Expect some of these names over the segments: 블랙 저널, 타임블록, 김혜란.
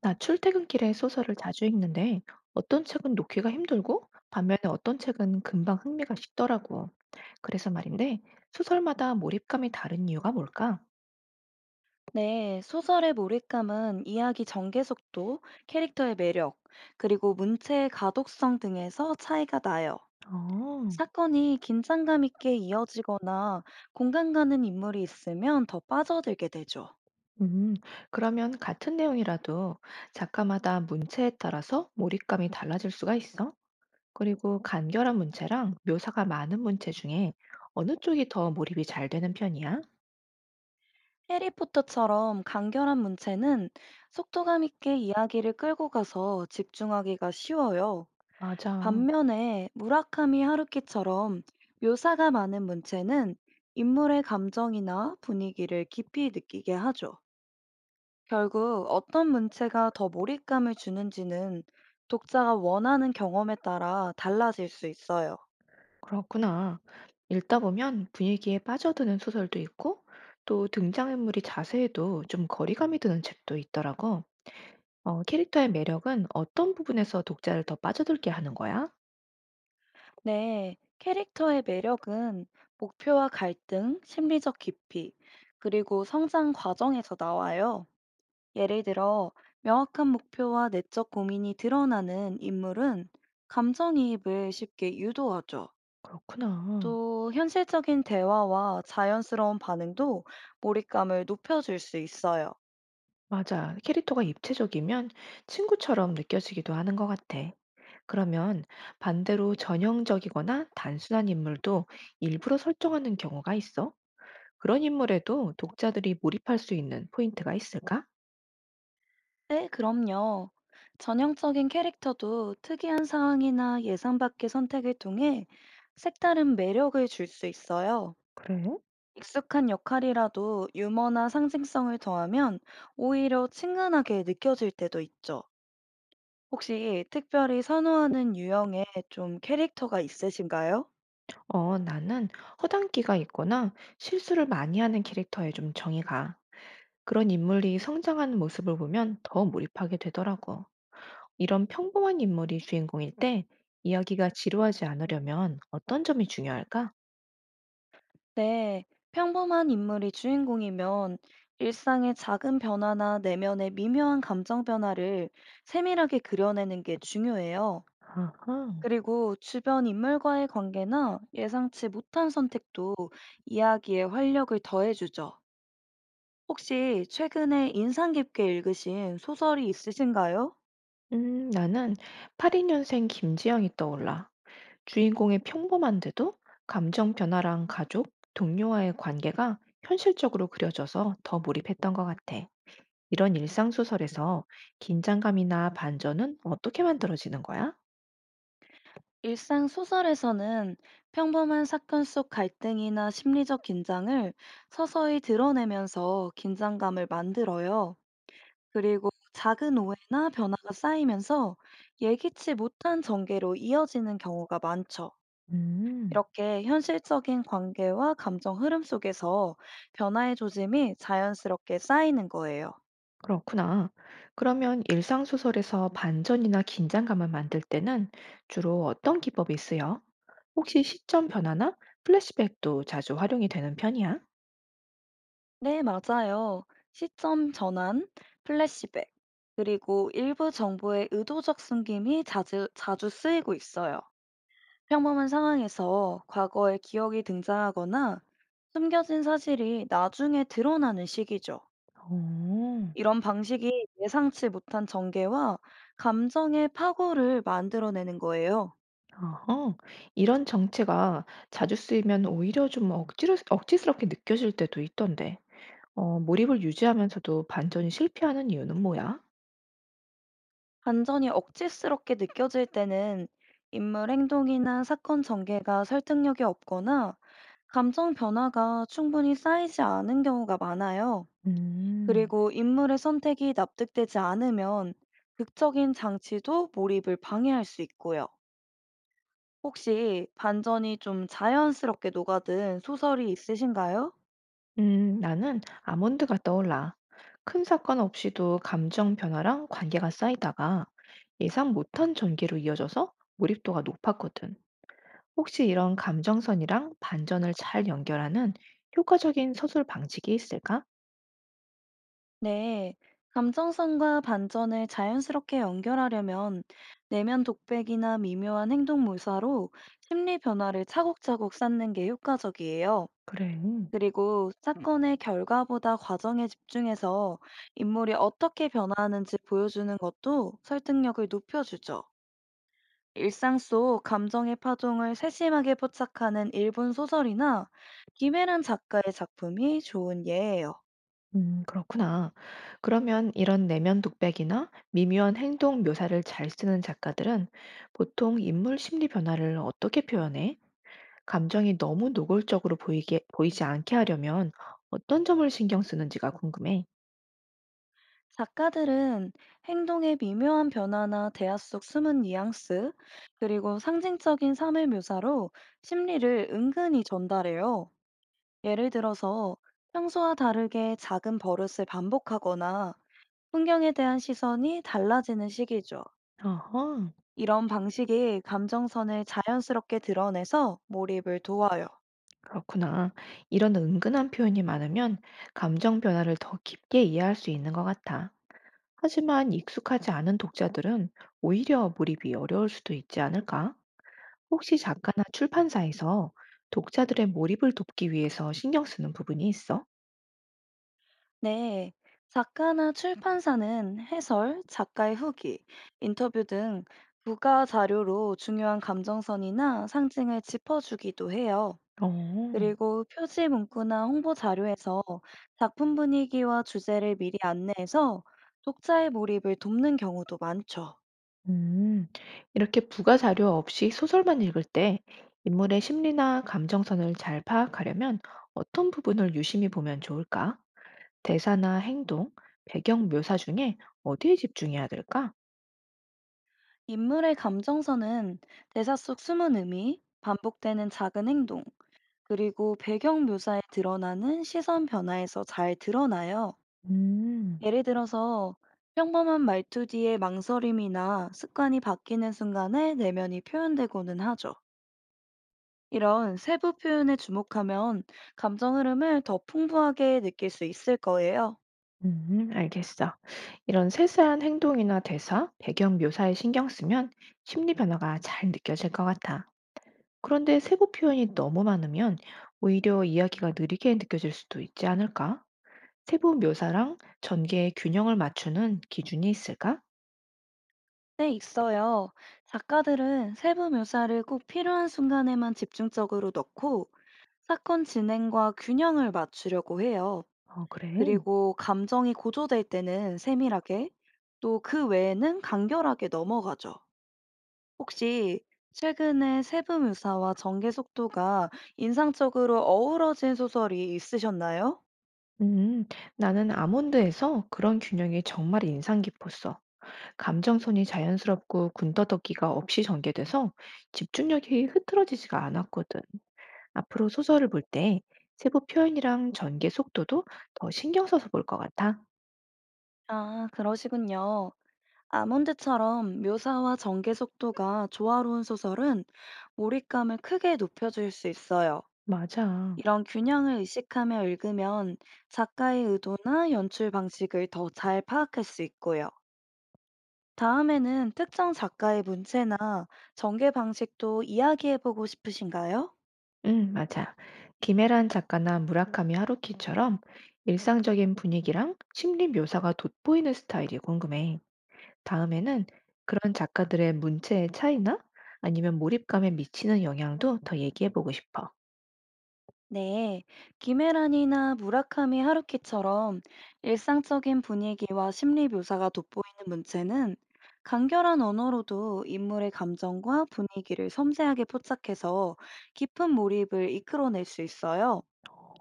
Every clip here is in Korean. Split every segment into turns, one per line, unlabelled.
나 출퇴근길에 소설을 자주 읽는데 어떤 책은 놓기가 힘들고 반면에 어떤 책은 금방 흥미가 식더라고. 그래서 말인데 소설마다 몰입감이 다른 이유가 뭘까?
네, 소설의 몰입감은 이야기 전개 속도, 캐릭터의 매력, 그리고 문체의 가독성 등에서 차이가 나요.
어,
사건이 긴장감 있게 이어지거나 공감 가는 인물이 있으면 더 빠져들게 되죠.
음, 그러면 같은 내용이라도 작가마다 문체에 따라서 몰입감이 달라질 수가 있어? 그리고 간결한 문체랑 묘사가 많은 문체 중에 어느 쪽이 더 몰입이 잘 되는 편이야?
해리포터처럼 간결한 문체는 속도감 있게 이야기를 끌고 가서 집중하기가 쉬워요.
맞아.
반면에 무라카미 하루키처럼 묘사가 많은 문체는 인물의 감정이나 분위기를 깊이 느끼게 하죠. 결국 어떤 문체가 더 몰입감을 주는지는 독자가 원하는 경험에 따라 달라질 수 있어요.
그렇구나. 읽다 보면 분위기에 빠져드는 소설도 있고, 또 등장인물이 자세해도 좀 거리감이 드는 책도 있더라고. 어, 캐릭터의 매력은 어떤 부분에서 독자를 더 빠져들게 하는 거야?
네, 캐릭터의 매력은 목표와 갈등, 심리적 깊이, 그리고 성장 과정에서 나와요. 예를 들어, 명확한 목표와 내적 고민이 드러나는 인물은 감정이입을 쉽게 유도하죠.
그렇구나.
또, 현실적인 대화와 자연스러운 반응도 몰입감을 높여줄 수 있어요.
맞아. 캐릭터가 입체적이면 친구처럼 느껴지기도 하는 것 같아. 그러면 반대로 전형적이거나 단순한 인물도 일부러 설정하는 경우가 있어? 그런 인물에도 독자들이 몰입할 수 있는 포인트가 있을까?
네, 그럼요. 전형적인 캐릭터도 특이한 상황이나 예상 밖의 선택을 통해 색다른 매력을 줄 수 있어요.
그래?
익숙한 역할이라도 유머나 상징성을 더하면 오히려 친근하게 느껴질 때도 있죠. 혹시 특별히 선호하는 유형의 좀 캐릭터가 있으신가요?
어, 나는 허당끼가 있거나 실수를 많이 하는 캐릭터에 좀 정이 가. 그런 인물이 성장하는 모습을 보면 더 몰입하게 되더라고. 이런 평범한 인물이 주인공일 때 이야기가 지루하지 않으려면 어떤 점이 중요할까?
네, 평범한 인물이 주인공이면 일상의 작은 변화나 내면의 미묘한 감정 변화를 세밀하게 그려내는 게 중요해요.
아하.
그리고 주변 인물과의 관계나 예상치 못한 선택도 이야기의 활력을 더해주죠. 혹시 최근에 인상 깊게 읽으신 소설이 있으신가요?
나는 82년생 김지영이 떠올라. 주인공의 평범한데도 감정 변화랑 가족, 동료와의 관계가 현실적으로 그려져서 더 몰입했던 것 같아. 이런 일상소설에서 긴장감이나 반전은 어떻게 만들어지는 거야?
일상 소설에서는 평범한 사건 속 갈등이나 심리적 긴장을 서서히 드러내면서 긴장감을 만들어요. 그리고 작은 오해나 변화가 쌓이면서 예기치 못한 전개로 이어지는 경우가 많죠.
음,
이렇게 현실적인 관계와 감정 흐름 속에서 변화의 조짐이 자연스럽게 쌓이는 거예요.
그렇구나. 그러면 일상소설에서 반전이나 긴장감을 만들 때는 주로 어떤 기법이 쓰여? 혹시 시점 변화나 플래시백도 자주 활용이 되는 편이야?
네, 맞아요. 시점 전환, 플래시백, 그리고 일부 정보의 의도적 숨김이 자주 쓰이고 있어요. 평범한 상황에서 과거의 기억이 등장하거나 숨겨진 사실이 나중에 드러나는 시기죠.
어,
이런 방식이 예상치 못한 전개와 감정의 파고를 만들어내는 거예요.
어허, 이런 정체가 자주 쓰이면 오히려 좀 억지로, 억지스럽게 느껴질 때도 있던데. 어, 몰입을 유지하면서도 반전이 실패하는 이유는 뭐야?
반전이 억지스럽게 느껴질 때는 인물 행동이나 사건 전개가 설득력이 없거나 감정 변화가 충분히 쌓이지 않은 경우가 많아요.
음.
그리고 인물의 선택이 납득되지 않으면 극적인 장치도 몰입을 방해할 수 있고요. 혹시 반전이 좀 자연스럽게 녹아든 소설이 있으신가요?
나는 아몬드가 떠올라. 큰 사건 없이도 감정 변화랑 관계가 쌓이다가 예상 못한 전개로 이어져서 몰입도가 높았거든. 혹시 이런 감정선이랑 반전을 잘 연결하는 효과적인 서술 방식이 있을까?
네, 감정선과 반전을 자연스럽게 연결하려면 내면 독백이나 미묘한 행동 묘사로 심리 변화를 차곡차곡 쌓는 게 효과적이에요.
그래.
그리고 사건의 결과보다 과정에 집중해서 인물이 어떻게 변화하는지 보여주는 것도 설득력을 높여주죠. 일상 속 감정의 파동을 세심하게 포착하는 일본 소설이나 김혜란 작가의 작품이 좋은 예예요.
그렇구나. 그러면 이런 내면 독백이나 미묘한 행동 묘사를 잘 쓰는 작가들은 보통 인물 심리 변화를 어떻게 표현해? 감정이 너무 노골적으로 보이게, 보이지 않게 하려면 어떤 점을 신경 쓰는지가 궁금해.
작가들은 행동의 미묘한 변화나 대화 속 숨은 뉘앙스, 그리고 상징적인 삶의 묘사로 심리를 은근히 전달해요. 예를 들어서 평소와 다르게 작은 버릇을 반복하거나 풍경에 대한 시선이 달라지는 시기죠.
어허,
이런 방식이 감정선을 자연스럽게 드러내서 몰입을 도와요.
그렇구나. 이런 은근한 표현이 많으면 감정 변화를 더 깊게 이해할 수 있는 것 같아. 하지만 익숙하지 않은 독자들은 오히려 몰입이 어려울 수도 있지 않을까? 혹시 작가나 출판사에서 독자들의 몰입을 돕기 위해서 신경 쓰는 부분이 있어?
네, 작가나 출판사는 해설, 작가의 후기, 인터뷰 등 부가 자료로 중요한 감정선이나 상징을 짚어주기도 해요.
어.
그리고 표지 문구나 홍보 자료에서 작품 분위기와 주제를 미리 안내해서 독자의 몰입을 돕는 경우도 많죠.
음, 이렇게 부가 자료 없이 소설만 읽을 때 인물의 심리나 감정선을 잘 파악하려면 어떤 부분을 유심히 보면 좋을까? 대사나 행동, 배경 묘사 중에 어디에 집중해야 될까?
인물의 감정선은 대사 속 숨은 의미, 반복되는 작은 행동, 그리고 배경 묘사에 드러나는 시선 변화에서 잘 드러나요.
음,
예를 들어서 평범한 말투 뒤에 망설임이나 습관이 바뀌는 순간에 내면이 표현되고는 하죠. 이런 세부 표현에 주목하면 감정 흐름을 더 풍부하게 느낄 수 있을 거예요.
알겠어. 이런 세세한 행동이나 대사, 배경 묘사에 신경 쓰면 심리 변화가 잘 느껴질 것 같아. 그런데 세부 표현이 너무 많으면 오히려 이야기가 느리게 느껴질 수도 있지 않을까? 세부 묘사랑 전개의 균형을 맞추는 기준이 있을까?
네, 있어요. 작가들은 세부 묘사를 꼭 필요한 순간에만 집중적으로 넣고 사건 진행과 균형을 맞추려고 해요.
어, 그래?
그리고 감정이 고조될 때는 세밀하게, 또 그 외에는 간결하게 넘어가죠. 혹시 최근에 세부 묘사와 전개 속도가 인상적으로 어우러진 소설이 있으셨나요?
음, 나는 아몬드에서 그런 균형이 정말 인상 깊었어. 감정선이 자연스럽고 군더더기가 없이 전개돼서 집중력이 흐트러지지가 않았거든. 앞으로 소설을 볼 때 세부 표현이랑 전개 속도도 더 신경 써서 볼 것 같아.
아, 그러시군요. 아몬드처럼 묘사와 전개 속도가 조화로운 소설은 몰입감을 크게 높여줄 수 있어요.
맞아.
이런 균형을 의식하며 읽으면 작가의 의도나 연출 방식을 더 잘 파악할 수 있고요. 다음에는 특정 작가의 문체나 전개 방식도 이야기해보고 싶으신가요?
맞아. 김혜란 작가나 무라카미 하루키처럼 일상적인 분위기랑 심리 묘사가 돋보이는 스타일이 궁금해. 다음에는 그런 작가들의 문체의 차이나 아니면 몰입감에 미치는 영향도 더 얘기해 보고 싶어.
네, 김혜란이나 무라카미 하루키처럼 일상적인 분위기와 심리 묘사가 돋보이는 문체는 간결한 언어로도 인물의 감정과 분위기를 섬세하게 포착해서 깊은 몰입을 이끌어낼 수 있어요.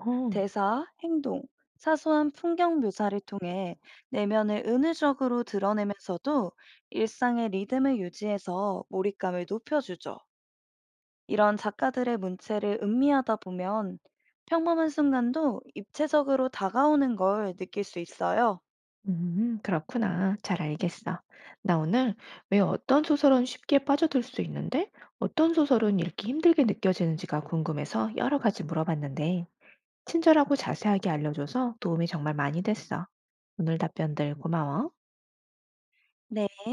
어,
대사, 행동, 사소한 풍경 묘사를 통해 내면을 은유적으로 드러내면서도 일상의 리듬을 유지해서 몰입감을 높여주죠. 이런 작가들의 문체를 음미하다 보면 평범한 순간도 입체적으로 다가오는 걸 느낄 수 있어요.
그렇구나. 잘 알겠어. 나 오늘 왜 어떤 소설은 쉽게 빠져들 수 있는데 어떤 소설은 읽기 힘들게 느껴지는지가 궁금해서 여러 가지 물어봤는데 친절하고 자세하게 알려줘서 도움이 정말 많이 됐어. 오늘 답변들 고마워.
네.